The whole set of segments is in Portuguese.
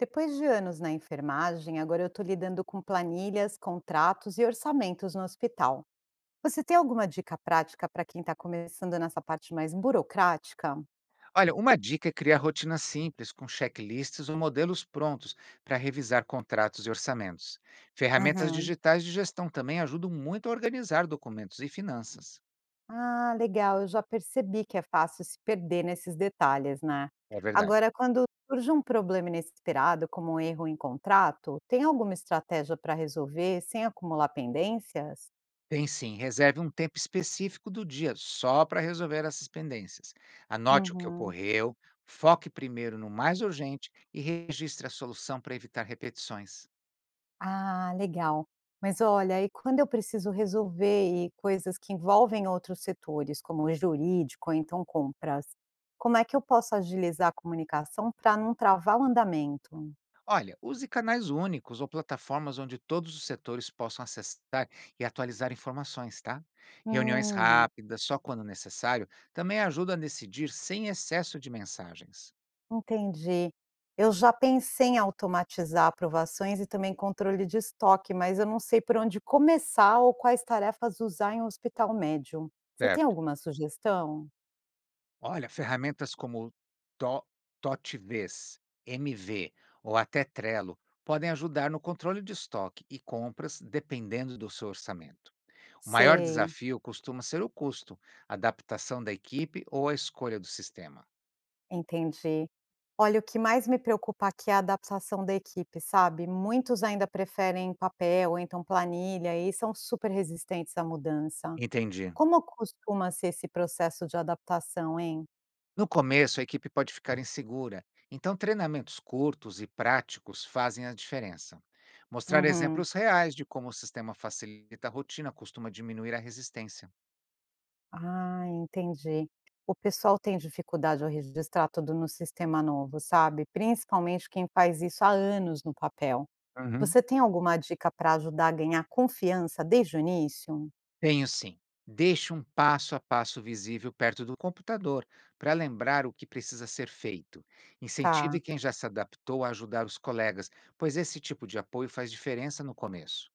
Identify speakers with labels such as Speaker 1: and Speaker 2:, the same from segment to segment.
Speaker 1: Depois de anos na enfermagem, agora eu estou lidando com planilhas, contratos e orçamentos no hospital. Você tem alguma dica prática para quem está começando nessa parte mais burocrática?
Speaker 2: Olha, uma dica é criar rotinas simples, com checklists ou modelos prontos para revisar contratos e orçamentos. Ferramentas
Speaker 1: Uhum.
Speaker 2: digitais de gestão também ajudam muito a organizar documentos e finanças.
Speaker 1: Ah, legal, eu já percebi que é fácil se perder nesses detalhes, né?
Speaker 2: É verdade.
Speaker 1: Agora, quando surge um problema inesperado, como um erro em contrato, tem alguma estratégia para resolver sem acumular pendências?
Speaker 2: Tem sim, reserve um tempo específico do dia só para resolver essas pendências. Anote o que
Speaker 1: Uhum.
Speaker 2: ocorreu, foque primeiro no mais urgente e registre a solução para evitar repetições.
Speaker 1: Ah, legal. Mas olha, e quando eu preciso resolver e coisas que envolvem outros setores, como o jurídico ou então compras, como é que eu posso agilizar a comunicação para não travar o andamento?
Speaker 2: Olha, use canais únicos ou plataformas onde todos os setores possam acessar e atualizar informações, tá? Reuniões
Speaker 1: Hum,
Speaker 2: rápidas, só quando necessário, também ajuda a decidir sem excesso de mensagens.
Speaker 1: entendi. Eu já pensei em automatizar aprovações e também controle de estoque, mas eu não sei por onde começar ou quais tarefas usar em um hospital médio. Você tem
Speaker 2: Certo.
Speaker 1: alguma sugestão?
Speaker 2: Olha, ferramentas como To- TotiVez, MV ou até Trello podem ajudar no controle de estoque e compras, dependendo do seu orçamento. O maior
Speaker 1: Sei.
Speaker 2: desafio costuma ser o custo, a adaptação da equipe ou a escolha do sistema.
Speaker 1: Entendi. Olha, o que mais me preocupa aqui é a adaptação da equipe, sabe? Muitos ainda preferem papel ou então planilha e são super resistentes à mudança.
Speaker 2: Entendi.
Speaker 1: Como costuma ser esse processo de adaptação, hein?
Speaker 2: No começo, a equipe pode ficar insegura, então treinamentos curtos e práticos fazem a diferença. Mostrar
Speaker 1: Uhum.
Speaker 2: exemplos reais de como o sistema facilita a rotina costuma diminuir a resistência.
Speaker 1: Ah, entendi. O pessoal tem dificuldade ao registrar tudo no sistema novo, sabe? Principalmente quem faz isso há anos no papel.
Speaker 2: Uhum.
Speaker 1: Você tem alguma dica para ajudar a ganhar confiança desde o início?
Speaker 2: Tenho sim. Deixe um passo a passo visível perto do computador para lembrar o que precisa ser feito.
Speaker 1: Tá.
Speaker 2: Incentive quem já se adaptou a ajudar os colegas, pois esse tipo de apoio faz diferença no começo.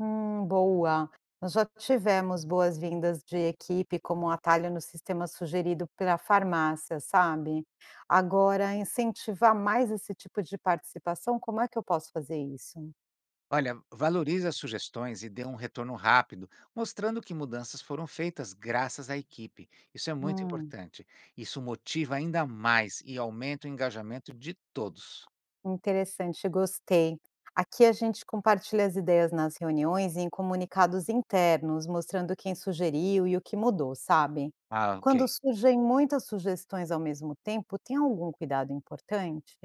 Speaker 1: Boa. Nós já tivemos boas-vindas de equipe como um atalho no sistema sugerido pela farmácia, sabe? Agora, incentivar mais esse tipo de participação, como é que eu posso fazer isso?
Speaker 2: Olha, valorize as sugestões e dê um retorno rápido, mostrando que mudanças foram feitas graças à equipe. Isso é muito
Speaker 1: Hum,
Speaker 2: importante. Isso motiva ainda mais e aumenta o engajamento de todos.
Speaker 1: interessante, gostei. Aqui a gente compartilha as ideias nas reuniões e em comunicados internos, mostrando quem sugeriu e o que mudou, sabe?
Speaker 2: Ah, ok.
Speaker 1: Quando surgem muitas sugestões ao mesmo tempo, tem algum cuidado importante?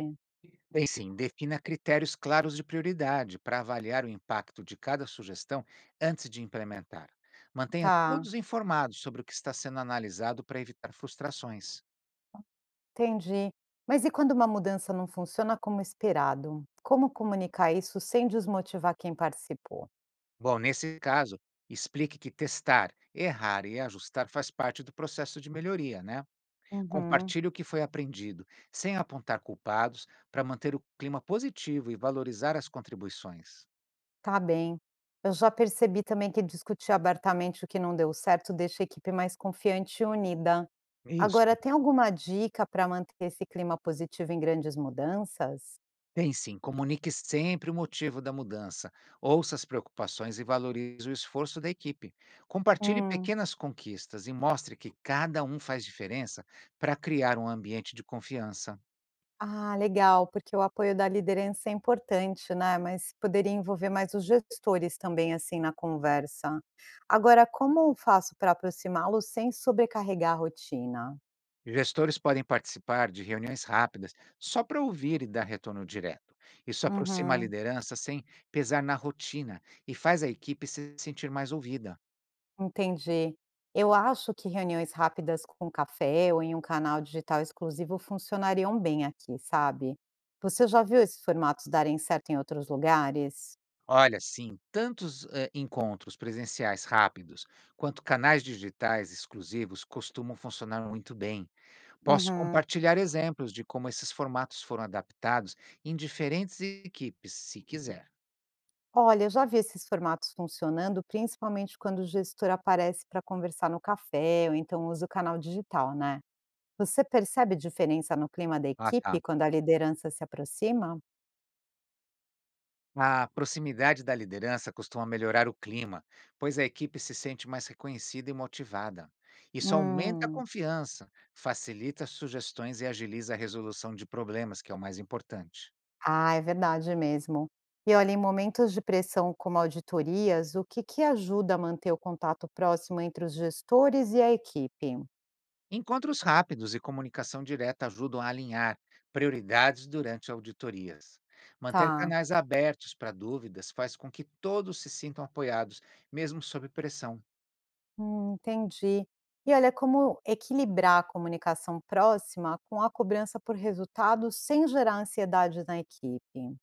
Speaker 2: Bem, sim, defina critérios claros de prioridade para avaliar o impacto de cada sugestão antes de implementar. Mantenha
Speaker 1: Tá.
Speaker 2: todos informados sobre o que está sendo analisado para evitar frustrações.
Speaker 1: Entendi. Mas e quando uma mudança não funciona como esperado? Como comunicar isso sem desmotivar quem participou?
Speaker 2: Bom, nesse caso, explique que testar, errar e ajustar faz parte do processo de melhoria, né?
Speaker 1: Uhum,
Speaker 2: Compartilhe o que foi aprendido, sem apontar culpados, para manter o clima positivo e valorizar as contribuições.
Speaker 1: tá bem. Eu já percebi também que discutir abertamente o que não deu certo deixa a equipe mais confiante e unida. Agora,
Speaker 2: Isso.
Speaker 1: tem alguma dica para manter esse clima positivo em grandes mudanças?
Speaker 2: Tem sim, comunique sempre o motivo da mudança, ouça as preocupações e valorize o esforço da equipe. Compartilhe
Speaker 1: Hum.
Speaker 2: pequenas conquistas e mostre que cada um faz diferença para criar um ambiente de confiança.
Speaker 1: Ah, legal, porque o apoio da liderança é importante, né? Mas poderia envolver mais os gestores também, assim, na conversa. Agora, como eu faço para aproximá-los sem sobrecarregar a rotina?
Speaker 2: Gestores podem participar de reuniões rápidas só para ouvir e dar retorno direto. Isso aproxima a
Speaker 1: Uhum,
Speaker 2: liderança sem pesar na rotina e faz a equipe se sentir mais ouvida.
Speaker 1: entendi. Eu acho que reuniões rápidas com café ou em um canal digital exclusivo funcionariam bem aqui, sabe? Você já viu esses formatos darem certo em outros lugares?
Speaker 2: Olha, sim, tantos encontros presenciais rápidos quanto canais digitais exclusivos costumam funcionar muito bem. Posso
Speaker 1: Uhum.
Speaker 2: compartilhar exemplos de como esses formatos foram adaptados em diferentes equipes, se quiser.
Speaker 1: Olha, eu já vi esses formatos funcionando, principalmente quando o gestor aparece para conversar no café ou então usa o canal digital, né? Você percebe diferença no clima da
Speaker 2: Ah,
Speaker 1: equipe
Speaker 2: tá.
Speaker 1: quando a liderança se aproxima?
Speaker 2: A proximidade da liderança costuma melhorar o clima, pois a equipe se sente mais reconhecida e motivada. Isso aumenta a
Speaker 1: Hum,
Speaker 2: confiança, facilita sugestões e agiliza a resolução de problemas, que é o mais importante.
Speaker 1: ah, é verdade mesmo. E olha, em momentos de pressão como auditorias, o que que ajuda a manter o contato próximo entre os gestores e a equipe?
Speaker 2: Encontros rápidos e comunicação direta ajudam a alinhar prioridades durante auditorias. Manter
Speaker 1: Tá.
Speaker 2: canais abertos para dúvidas faz com que todos se sintam apoiados, mesmo sob pressão.
Speaker 1: Entendi. E olha, como equilibrar a comunicação próxima com a cobrança por resultados sem gerar ansiedade na equipe?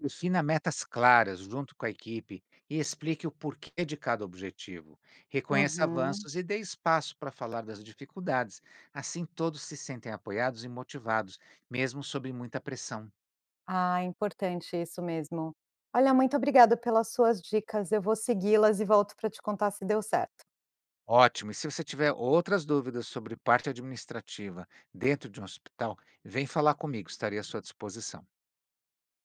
Speaker 2: Defina metas claras junto com a equipe e explique o porquê de cada objetivo. Reconheça
Speaker 1: Uhum.
Speaker 2: avanços e dê espaço para falar das dificuldades. Assim, todos se sentem apoiados e motivados, mesmo sob muita pressão.
Speaker 1: Ah, importante isso mesmo. Olha, muito obrigada pelas suas dicas. Eu vou segui-las e volto para te contar se deu certo.
Speaker 2: Ótimo! E se você tiver outras dúvidas sobre parte administrativa dentro de um hospital, vem falar comigo, estarei à sua disposição.